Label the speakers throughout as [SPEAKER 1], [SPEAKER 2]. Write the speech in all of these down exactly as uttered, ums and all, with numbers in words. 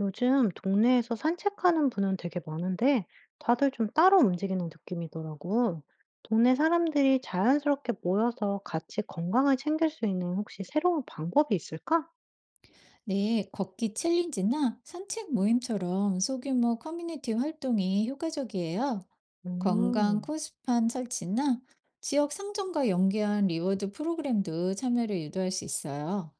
[SPEAKER 1] 요즘 동네에서 산책하는 분은 되게 많은데 다들 좀 따로 움직이는 느낌이더라고. 동네 사람들이 자연스럽게 모여서 같이 건강을 챙길 수 있는 혹시 새로운 방법이 있을까?
[SPEAKER 2] 네, 걷기 챌린지나 산책 모임처럼 소규모 커뮤니티 활동이 효과적이에요. 건강
[SPEAKER 1] 음,
[SPEAKER 2] 코스판 설치나 지역 상점과 연계한 리워드 프로그램도 참여를 유도할 수 있어요.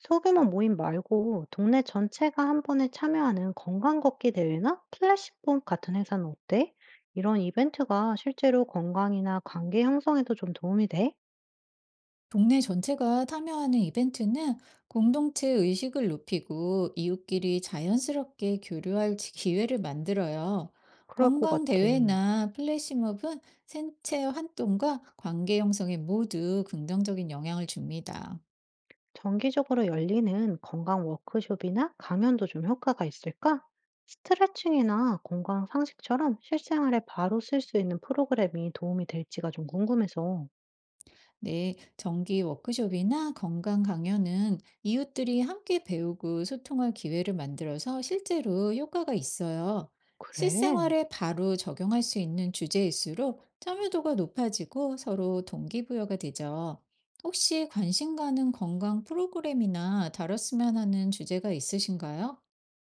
[SPEAKER 1] 소규모 모임 말고 동네 전체가 한 번에 참여하는 건강 걷기 대회나 플래시몹 같은 행사는 어때? 이런 이벤트가 실제로 건강이나 관계 형성에도 좀 도움이 돼?
[SPEAKER 2] 동네 전체가 참여하는 이벤트는 공동체 의식을 높이고 이웃끼리 자연스럽게 교류할 지- 기회를 만들어요.
[SPEAKER 1] 그럴 것
[SPEAKER 2] 건강
[SPEAKER 1] 같아.
[SPEAKER 2] 대회나 플래시몹은 생체 활동과 관계 형성에 모두 긍정적인 영향을 줍니다.
[SPEAKER 1] 정기적으로 열리는 건강 워크숍이나 강연도 좀 효과가 있을까? 스트레칭이나 건강 상식처럼 실생활에 바로 쓸 수 있는 프로그램이 도움이 될지가 좀 궁금해서.
[SPEAKER 2] 네, 정기 워크숍이나 건강 강연은 이웃들이 함께 배우고 소통할 기회를 만들어서 실제로 효과가 있어요.
[SPEAKER 1] 그래.
[SPEAKER 2] 실생활에 바로 적용할 수 있는 주제일수록 참여도가 높아지고 서로 동기부여가 되죠. 혹시 관심 가는 건강 프로그램이나 다뤘으면 하는 주제가 있으신가요?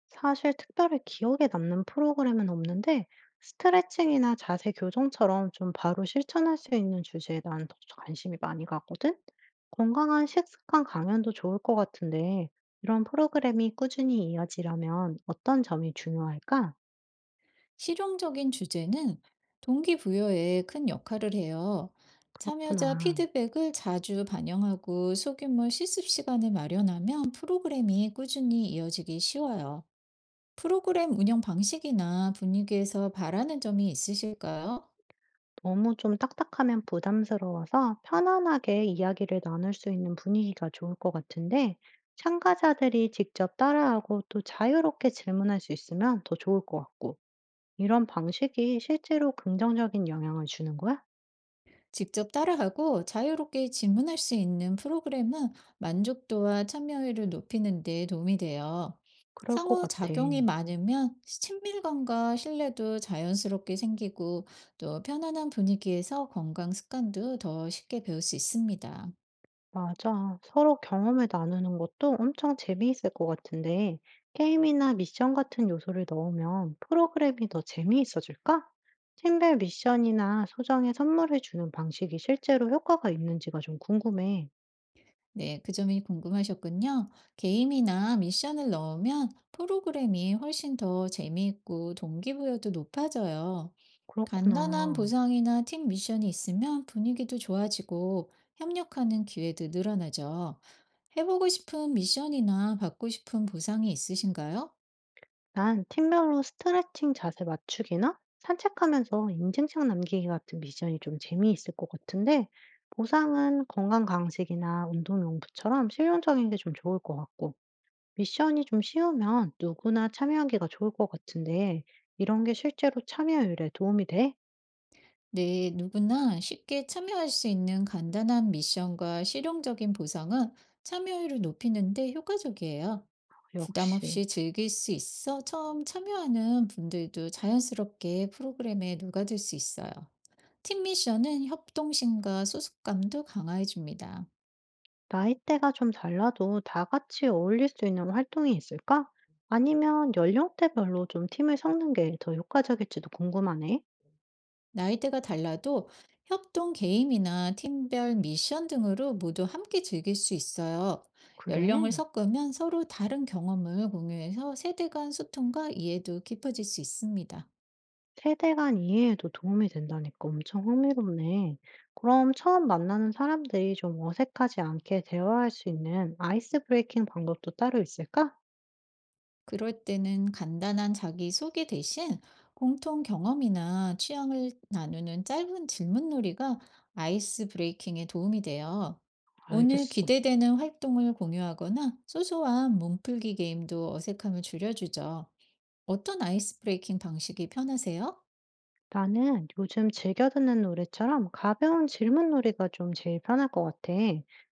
[SPEAKER 1] 사실 특별히 기억에 남는 프로그램은 없는데, 스트레칭이나 자세 교정처럼 좀 바로 실천할 수 있는 주제에 난 더 관심이 많이 가거든? 건강한 식습관 강연도 좋을 것 같은데, 이런 프로그램이 꾸준히 이어지려면 어떤 점이 중요할까?
[SPEAKER 2] 실용적인 주제는 동기부여에 큰 역할을 해요. 참여자
[SPEAKER 1] 그렇구나.
[SPEAKER 2] 피드백을 자주 반영하고 소규모 실습 시간을 마련하면 프로그램이 꾸준히 이어지기 쉬워요. 프로그램 운영 방식이나 분위기에서 바라는 점이 있으실까요?
[SPEAKER 1] 너무 좀 딱딱하면 부담스러워서 편안하게 이야기를 나눌 수 있는 분위기가 좋을 것 같은데, 참가자들이 직접 따라하고 또 자유롭게 질문할 수 있으면 더 좋을 것 같고, 이런 방식이 실제로 긍정적인 영향을 주는 거야?
[SPEAKER 2] 직접 따라하고 자유롭게 질문할 수 있는 프로그램은 만족도와 참여율을 높이는 데 도움이 돼요.
[SPEAKER 1] 그럴 것 같아.
[SPEAKER 2] 상호작용이 많으면 친밀감과 신뢰도 자연스럽게 생기고, 또 편안한 분위기에서 건강 습관도 더 쉽게 배울 수 있습니다.
[SPEAKER 1] 맞아. 서로 경험을 나누는 것도 엄청 재미있을 것 같은데, 게임이나 미션 같은 요소를 넣으면 프로그램이 더 재미있어질까? 팀별 미션이나 소정의 선물을 주는 방식이 실제로 효과가 있는지가 좀 궁금해.
[SPEAKER 2] 네, 그 점이 궁금하셨군요. 게임이나 미션을 넣으면 프로그램이 훨씬 더 재미있고 동기부여도 높아져요. 간단한
[SPEAKER 1] 그렇구나.
[SPEAKER 2] 보상이나 팀 미션이 있으면 분위기도 좋아지고, 협력하는 기회도 늘어나죠. 해보고 싶은 미션이나 받고 싶은 보상이 있으신가요?
[SPEAKER 1] 난 팀별로 스트레칭 자세 맞추기나 산책하면서 인증샷 남기기 같은 미션이 좀 재미있을 것 같은데, 보상은 건강 간식이나 운동용품처럼 실용적인 게 좀 좋을 것 같고, 미션이 좀 쉬우면 누구나 참여하기가 좋을 것 같은데, 이런 게 실제로 참여율에 도움이 돼?
[SPEAKER 2] 네, 누구나 쉽게 참여할 수 있는 간단한 미션과 실용적인 보상은 참여율을 높이는데 효과적이에요. 부담
[SPEAKER 1] 역시.
[SPEAKER 2] 없이 즐길 수 있어 처음 참여하는 분들도 자연스럽게 프로그램에 녹아들 수 있어요. 팀 미션은 협동심과 소속감도 강화해줍니다.
[SPEAKER 1] 나이대가 좀 달라도 다 같이 어울릴 수 있는 활동이 있을까? 아니면 연령대별로 좀 팀을 섞는 게 더 효과적일지도 궁금하네.
[SPEAKER 2] 나이대가 달라도 협동 게임이나 팀별 미션 등으로 모두 함께 즐길 수 있어요. 연령을
[SPEAKER 1] 그래.
[SPEAKER 2] 섞으면 서로 다른 경험을 공유해서 세대 간 소통과 이해도 깊어질 수 있습니다.
[SPEAKER 1] 세대 간 이해에도 도움이 된다니까 엄청 흥미롭네. 그럼 처음 만나는 사람들이 좀 어색하지 않게 대화할 수 있는 아이스 브레이킹 방법도 따로 있을까?
[SPEAKER 2] 그럴 때는 간단한 자기소개 대신 공통 경험이나 취향을 나누는 짧은 질문놀이가 아이스 브레이킹에 도움이 돼요. 오늘
[SPEAKER 1] 알겠어.
[SPEAKER 2] 기대되는 활동을 공유하거나 소소한 몸풀기 게임도 어색함을 줄여주죠. 어떤 아이스 브레이킹 방식이 편하세요?
[SPEAKER 1] 나는 요즘 즐겨 듣는 노래처럼 가벼운 질문놀이가 좀 제일 편할 것 같아.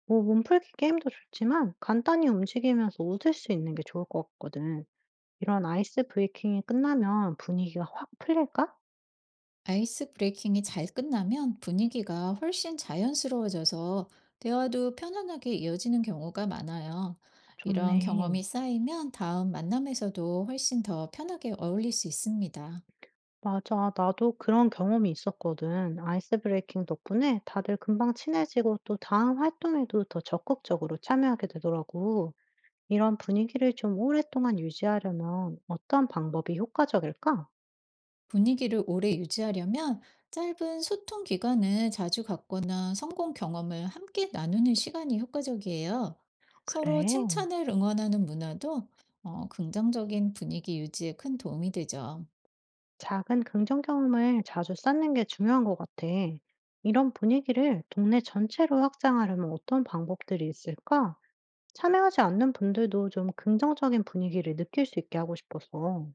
[SPEAKER 1] 뭐 몸풀기 게임도 좋지만 간단히 움직이면서 웃을 수 있는 게 좋을 것 같거든. 이런 아이스 브레이킹이 끝나면 분위기가 확 풀릴까?
[SPEAKER 2] 아이스 브레이킹이 잘 끝나면 분위기가 훨씬 자연스러워져서 대화도 편안하게 이어지는 경우가 많아요. 이런
[SPEAKER 1] 좋네.
[SPEAKER 2] 경험이 쌓이면 다음 만남에서도 훨씬 더 편하게 어울릴 수 있습니다.
[SPEAKER 1] 맞아. 나도 그런 경험이 있었거든. 아이스 브레이킹 덕분에 다들 금방 친해지고 또 다음 활동에도 더 적극적으로 참여하게 되더라고. 이런 분위기를 좀 오랫동안 유지하려면 어떤 방법이 효과적일까?
[SPEAKER 2] 분위기를 오래 유지하려면 짧은 소통 기간을 자주 갖거나 성공 경험을 함께 나누는 시간이 효과적이에요. 서로
[SPEAKER 1] 그래.
[SPEAKER 2] 칭찬을 응원하는 문화도, 어, 긍정적인 분위기 유지에 큰 도움이 되죠.
[SPEAKER 1] 작은 긍정 경험을 자주 쌓는 게 중요한 것 같아. 이런 분위기를 동네 전체로 확장하려면 어떤 방법들이 있을까? 참여하지 않는 분들도 좀 긍정적인 분위기를 느낄 수 있게 하고 싶어서.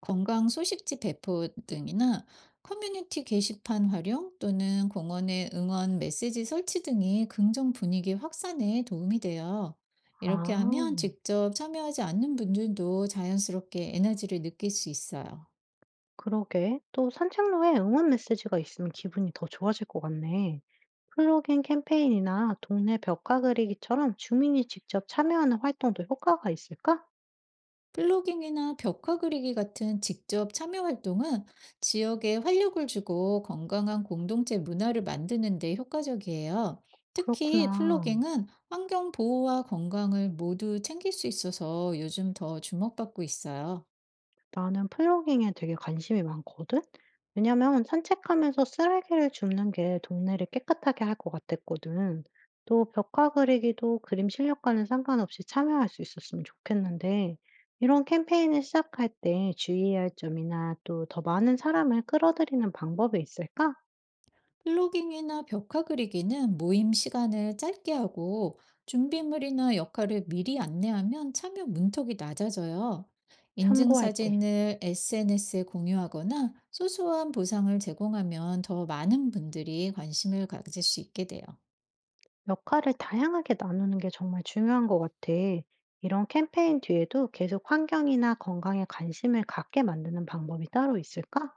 [SPEAKER 2] 건강 소식지 배포 등이나 커뮤니티 게시판 활용, 또는 공원의 응원 메시지 설치 등이 긍정 분위기 확산에 도움이 돼요. 이렇게
[SPEAKER 1] 아,
[SPEAKER 2] 하면 직접 참여하지 않는 분들도 자연스럽게 에너지를 느낄 수 있어요.
[SPEAKER 1] 그러게. 또 산책로에 응원 메시지가 있으면 기분이 더 좋아질 것 같네. 플로깅 캠페인이나 동네 벽화 그리기처럼 주민이 직접 참여하는 활동도 효과가 있을까?
[SPEAKER 2] 플로깅이나 벽화 그리기 같은 직접 참여 활동은 지역에 활력을 주고 건강한 공동체 문화를 만드는 데 효과적이에요. 특히
[SPEAKER 1] 그렇구나.
[SPEAKER 2] 플로깅은 환경 보호와 건강을 모두 챙길 수 있어서 요즘 더 주목받고 있어요.
[SPEAKER 1] 나는 플로깅에 되게 관심이 많거든? 왜냐면 산책하면서 쓰레기를 줍는 게 동네를 깨끗하게 할 것 같았거든. 또 벽화 그리기도 그림 실력과는 상관없이 참여할 수 있었으면 좋겠는데, 이런 캠페인을 시작할 때 주의해야 할 점이나 또 더 많은 사람을 끌어들이는 방법이 있을까?
[SPEAKER 2] 플로깅이나 벽화 그리기는 모임 시간을 짧게 하고 준비물이나 역할을 미리 안내하면 참여 문턱이 낮아져요.
[SPEAKER 1] 참고할게.
[SPEAKER 2] 인증사진을 에스엔에스에 공유하거나 소소한 보상을 제공하면 더 많은 분들이 관심을 가질 수 있게 돼요.
[SPEAKER 1] 역할을 다양하게 나누는 게 정말 중요한 것 같아. 이런 캠페인 뒤에도 계속 환경이나 건강에 관심을 갖게 만드는 방법이 따로 있을까?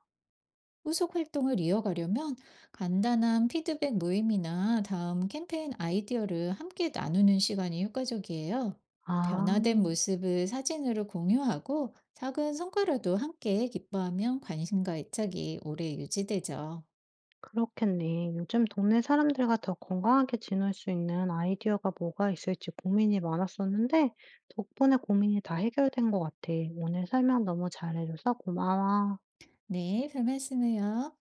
[SPEAKER 2] 후속 활동을 이어가려면 간단한 피드백 모임이나 다음 캠페인 아이디어를 함께 나누는 시간이 효과적이에요.
[SPEAKER 1] 아
[SPEAKER 2] 변화된 모습을 사진으로 공유하고 작은 성과라도 함께 기뻐하면 관심과 애착이 오래 유지되죠.
[SPEAKER 1] 그렇겠네. 요즘 동네 사람들과 더 건강하게 지낼 수 있는 아이디어가 뭐가 있을지 고민이 많았었는데 덕분에 고민이 다 해결된 것 같아. 오늘 설명 너무 잘해줘서 고마워.
[SPEAKER 2] 네, 별 말씀해요.